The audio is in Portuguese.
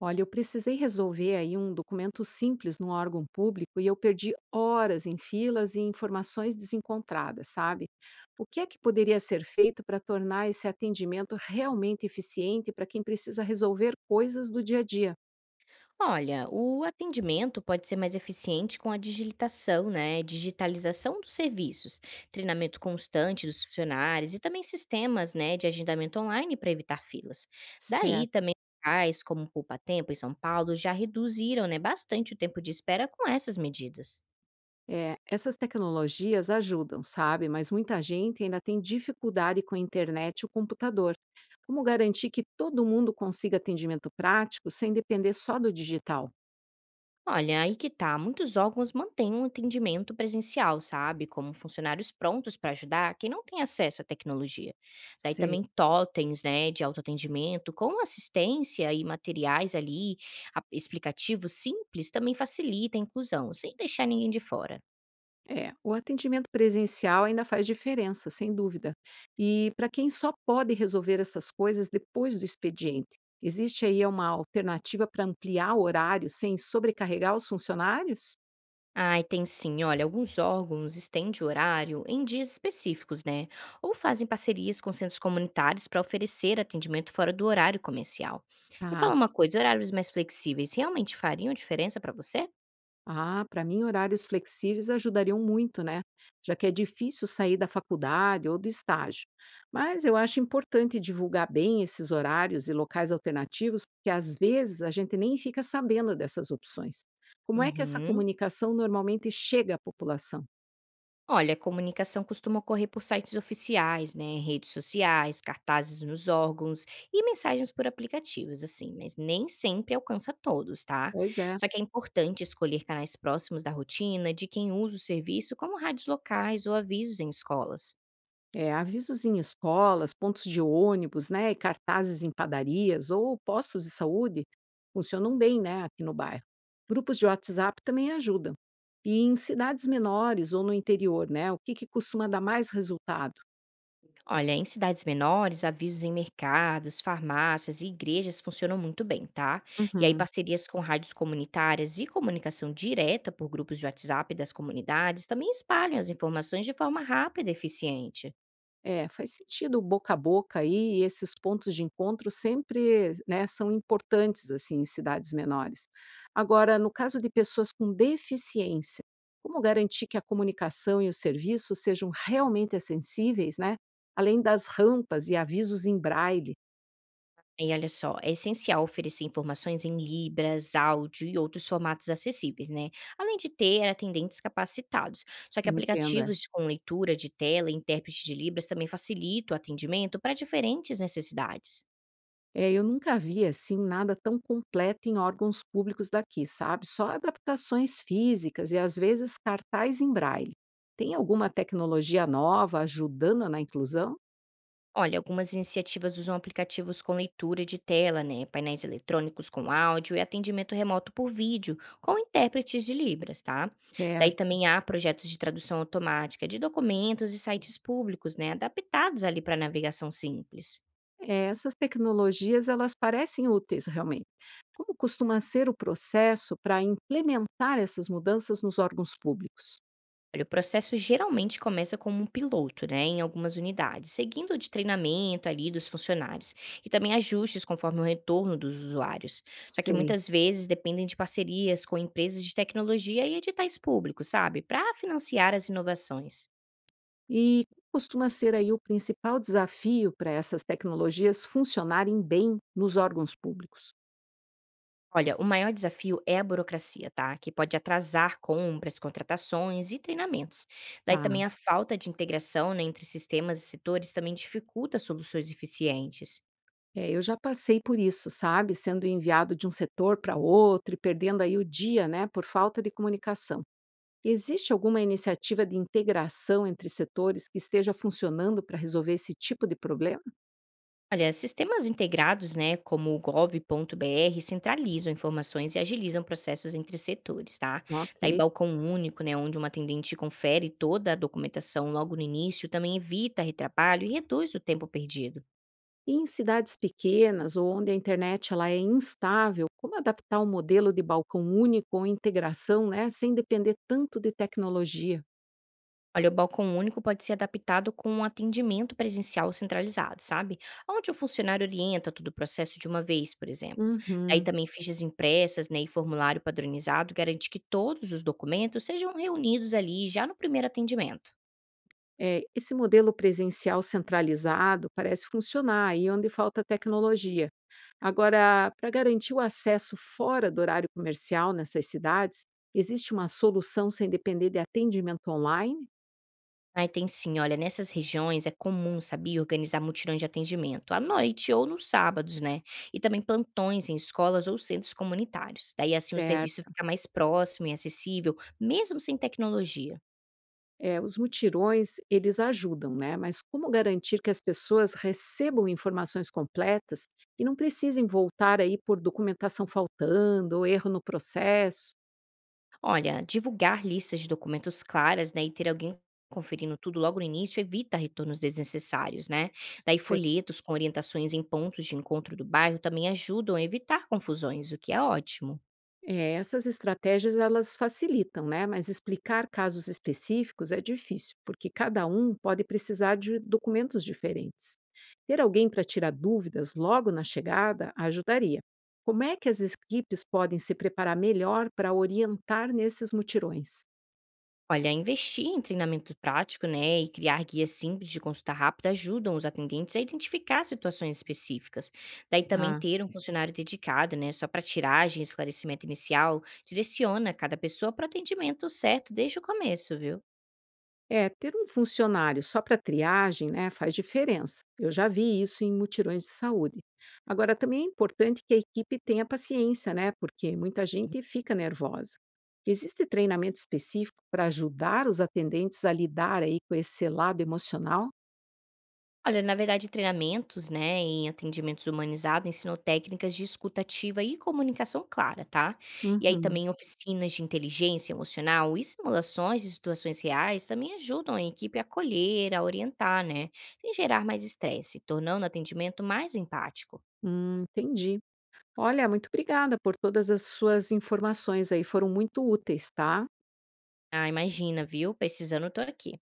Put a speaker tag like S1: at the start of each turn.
S1: Olha, eu precisei resolver aí um documento simples num órgão público e eu perdi horas em filas e informações desencontradas, sabe? O que é que poderia ser feito para tornar esse atendimento realmente eficiente para quem precisa resolver coisas do dia a dia?
S2: Olha, o atendimento pode ser mais eficiente com a digitação, né? Digitalização dos serviços, treinamento constante dos funcionários e também sistemas, né, de agendamento online para evitar filas. Daí
S1: Certo.
S2: também locais como Poupa Tempo em São Paulo já reduziram, né, bastante o tempo de espera com essas medidas.
S1: É, essas tecnologias ajudam, sabe? Mas muita gente ainda tem dificuldade com a internet e o computador. Como garantir que todo mundo consiga atendimento prático sem depender só do digital?
S2: Olha, aí que tá. Muitos órgãos mantêm um atendimento presencial, sabe? Como funcionários prontos para ajudar quem não tem acesso à tecnologia. Daí
S1: Sei.
S2: também totens, né, de autoatendimento, com assistência e materiais ali, explicativos simples, também facilita a inclusão, sem deixar ninguém de fora.
S1: É, o atendimento presencial ainda faz diferença, sem dúvida. E para quem só pode resolver essas coisas depois do expediente, existe aí uma alternativa para ampliar o horário sem sobrecarregar os funcionários?
S2: Ai, tem sim. Olha, alguns órgãos estendem o horário em dias específicos, né? Ou fazem parcerias com centros comunitários para oferecer atendimento fora do horário comercial. Me fala
S1: Tá.
S2: uma coisa, horários mais flexíveis realmente fariam diferença para você?
S1: Ah, para mim, horários flexíveis ajudariam muito, né? Já que é difícil sair da faculdade ou do estágio. Mas eu acho importante divulgar bem esses horários e locais alternativos, porque às vezes a gente nem fica sabendo dessas opções. Como é que essa
S2: Uhum.
S1: comunicação normalmente chega à população?
S2: Olha, a comunicação costuma ocorrer por sites oficiais, né, redes sociais, cartazes nos órgãos e mensagens por aplicativos, assim, mas nem sempre alcança todos, tá?
S1: Pois é.
S2: Só que é importante escolher canais próximos da rotina de quem usa o serviço, como rádios locais ou avisos em escolas.
S1: É, avisos em escolas, pontos de ônibus, né, e cartazes em padarias ou postos de saúde funcionam bem, né, aqui no bairro. Grupos de WhatsApp também ajudam. E em cidades menores ou no interior, né, o que costuma dar mais resultado?
S2: Olha, em cidades menores, avisos em mercados, farmácias e igrejas funcionam muito bem, tá? E aí,
S1: Uhum.
S2: parcerias com rádios comunitárias e comunicação direta por grupos de WhatsApp das comunidades também espalham as informações de forma rápida e eficiente.
S1: É, faz sentido o boca a boca aí, e esses pontos de encontro sempre, né, são importantes assim em cidades menores. Agora, no caso de pessoas com deficiência, como garantir que a comunicação e o serviço sejam realmente acessíveis, né? Além das rampas e avisos em braille,
S2: E olha só, é essencial oferecer informações em libras, áudio e outros formatos acessíveis, né? Além de ter atendentes capacitados. Só que
S1: entenda.
S2: aplicativos com leitura de tela e intérprete de libras também facilitam o atendimento para diferentes necessidades.
S1: É, eu nunca vi assim nada tão completo em órgãos públicos daqui, sabe? Só adaptações físicas e às vezes cartaz em braille. Tem alguma tecnologia nova ajudando na inclusão?
S2: Olha, algumas iniciativas usam aplicativos com leitura de tela, né? Painéis eletrônicos com áudio e atendimento remoto por vídeo, com intérpretes de Libras, tá? Daí
S1: Certo.
S2: também há projetos de tradução automática de documentos e sites públicos, né? Adaptados ali para navegação simples.
S1: É, essas tecnologias elas parecem úteis realmente. Como costuma ser o processo para implementar essas mudanças nos órgãos públicos?
S2: Olha, o processo geralmente começa como um piloto, né, em algumas unidades, seguindo de treinamento ali dos funcionários e também ajustes conforme o retorno dos usuários. Só que
S1: Sei.
S2: muitas vezes dependem de parcerias com empresas de tecnologia e editais públicos, sabe, para financiar as inovações.
S1: E qual costuma ser aí o principal desafio para essas tecnologias funcionarem bem nos órgãos públicos?
S2: Olha, o maior desafio é a burocracia, tá? Que pode atrasar compras, contratações e treinamentos. Daí também
S1: Tá.
S2: a falta de integração, né, entre sistemas e setores também dificulta soluções eficientes.
S1: É, eu já passei por isso, sabe? Sendo enviado de um setor para outro e perdendo aí o dia, né? Por falta de comunicação. Existe alguma iniciativa de integração entre setores que esteja funcionando para resolver esse tipo de problema?
S2: Olha, sistemas integrados, né, como o gov.br, centralizam informações e agilizam processos entre setores, tá? Daí,
S1: Ok.
S2: balcão único, né, onde uma atendente confere toda a documentação logo no início, também evita retrabalho e reduz o tempo perdido.
S1: E em cidades pequenas ou onde a internet ela é instável, como adaptar um modelo de balcão único ou integração, né? Sem depender tanto de tecnologia?
S2: Olha, o balcão único pode ser adaptado com um atendimento presencial centralizado, sabe? Onde o funcionário orienta todo o processo de uma vez, por exemplo. Daí
S1: Uhum.
S2: também fichas impressas, né, e formulário padronizado garante que todos os documentos sejam reunidos ali já no primeiro atendimento.
S1: É, esse modelo presencial centralizado parece funcionar aí onde falta tecnologia. Agora, para garantir o acesso fora do horário comercial nessas cidades, existe uma solução sem depender de atendimento online?
S2: Ai, tem sim. Olha, nessas regiões é comum, sabia, organizar mutirões de atendimento à noite ou nos sábados, né? E também plantões em escolas ou centros comunitários. Daí, assim, o serviço
S1: Certo.
S2: fica mais próximo e acessível, mesmo sem tecnologia.
S1: É, os mutirões, eles ajudam, né? Mas como garantir que as pessoas recebam informações completas e não precisem voltar aí por documentação faltando, ou erro no processo?
S2: Olha, divulgar listas de documentos claras, né, e ter alguém conferindo tudo logo no início evita retornos desnecessários, né? Daí, folhetos com orientações em pontos de encontro do bairro também ajudam a evitar confusões, o que é ótimo.
S1: É, essas estratégias elas facilitam, né? Mas explicar casos específicos é difícil, porque cada um pode precisar de documentos diferentes. Ter alguém para tirar dúvidas logo na chegada ajudaria. Como é que as equipes podem se preparar melhor para orientar nesses mutirões?
S2: Olha, investir em treinamento prático, né, e criar guias simples de consulta rápida ajudam os atendentes a identificar situações específicas. Daí também
S1: Ah,
S2: ter um funcionário dedicado, né, só para tiragem, esclarecimento inicial, direciona cada pessoa para o atendimento certo desde o começo, viu?
S1: É, ter um funcionário só para triagem, né, faz diferença. Eu já vi isso em mutirões de saúde. Agora, também é importante que a equipe tenha paciência, né, porque muita gente fica nervosa. Existe treinamento específico para ajudar os atendentes a lidar aí com esse lado emocional?
S2: Olha, na verdade, treinamentos, né, em atendimentos humanizados ensinam técnicas de escuta ativa e comunicação clara, tá? E aí
S1: Uhum.
S2: também oficinas de inteligência emocional e simulações de situações reais também ajudam a equipe a acolher, a orientar, né, sem gerar mais estresse, tornando o atendimento mais empático.
S1: Entendi. Olha, muito obrigada por todas as suas informações aí, foram muito úteis, tá?
S2: Ah, imagina, viu? Precisando, tô aqui.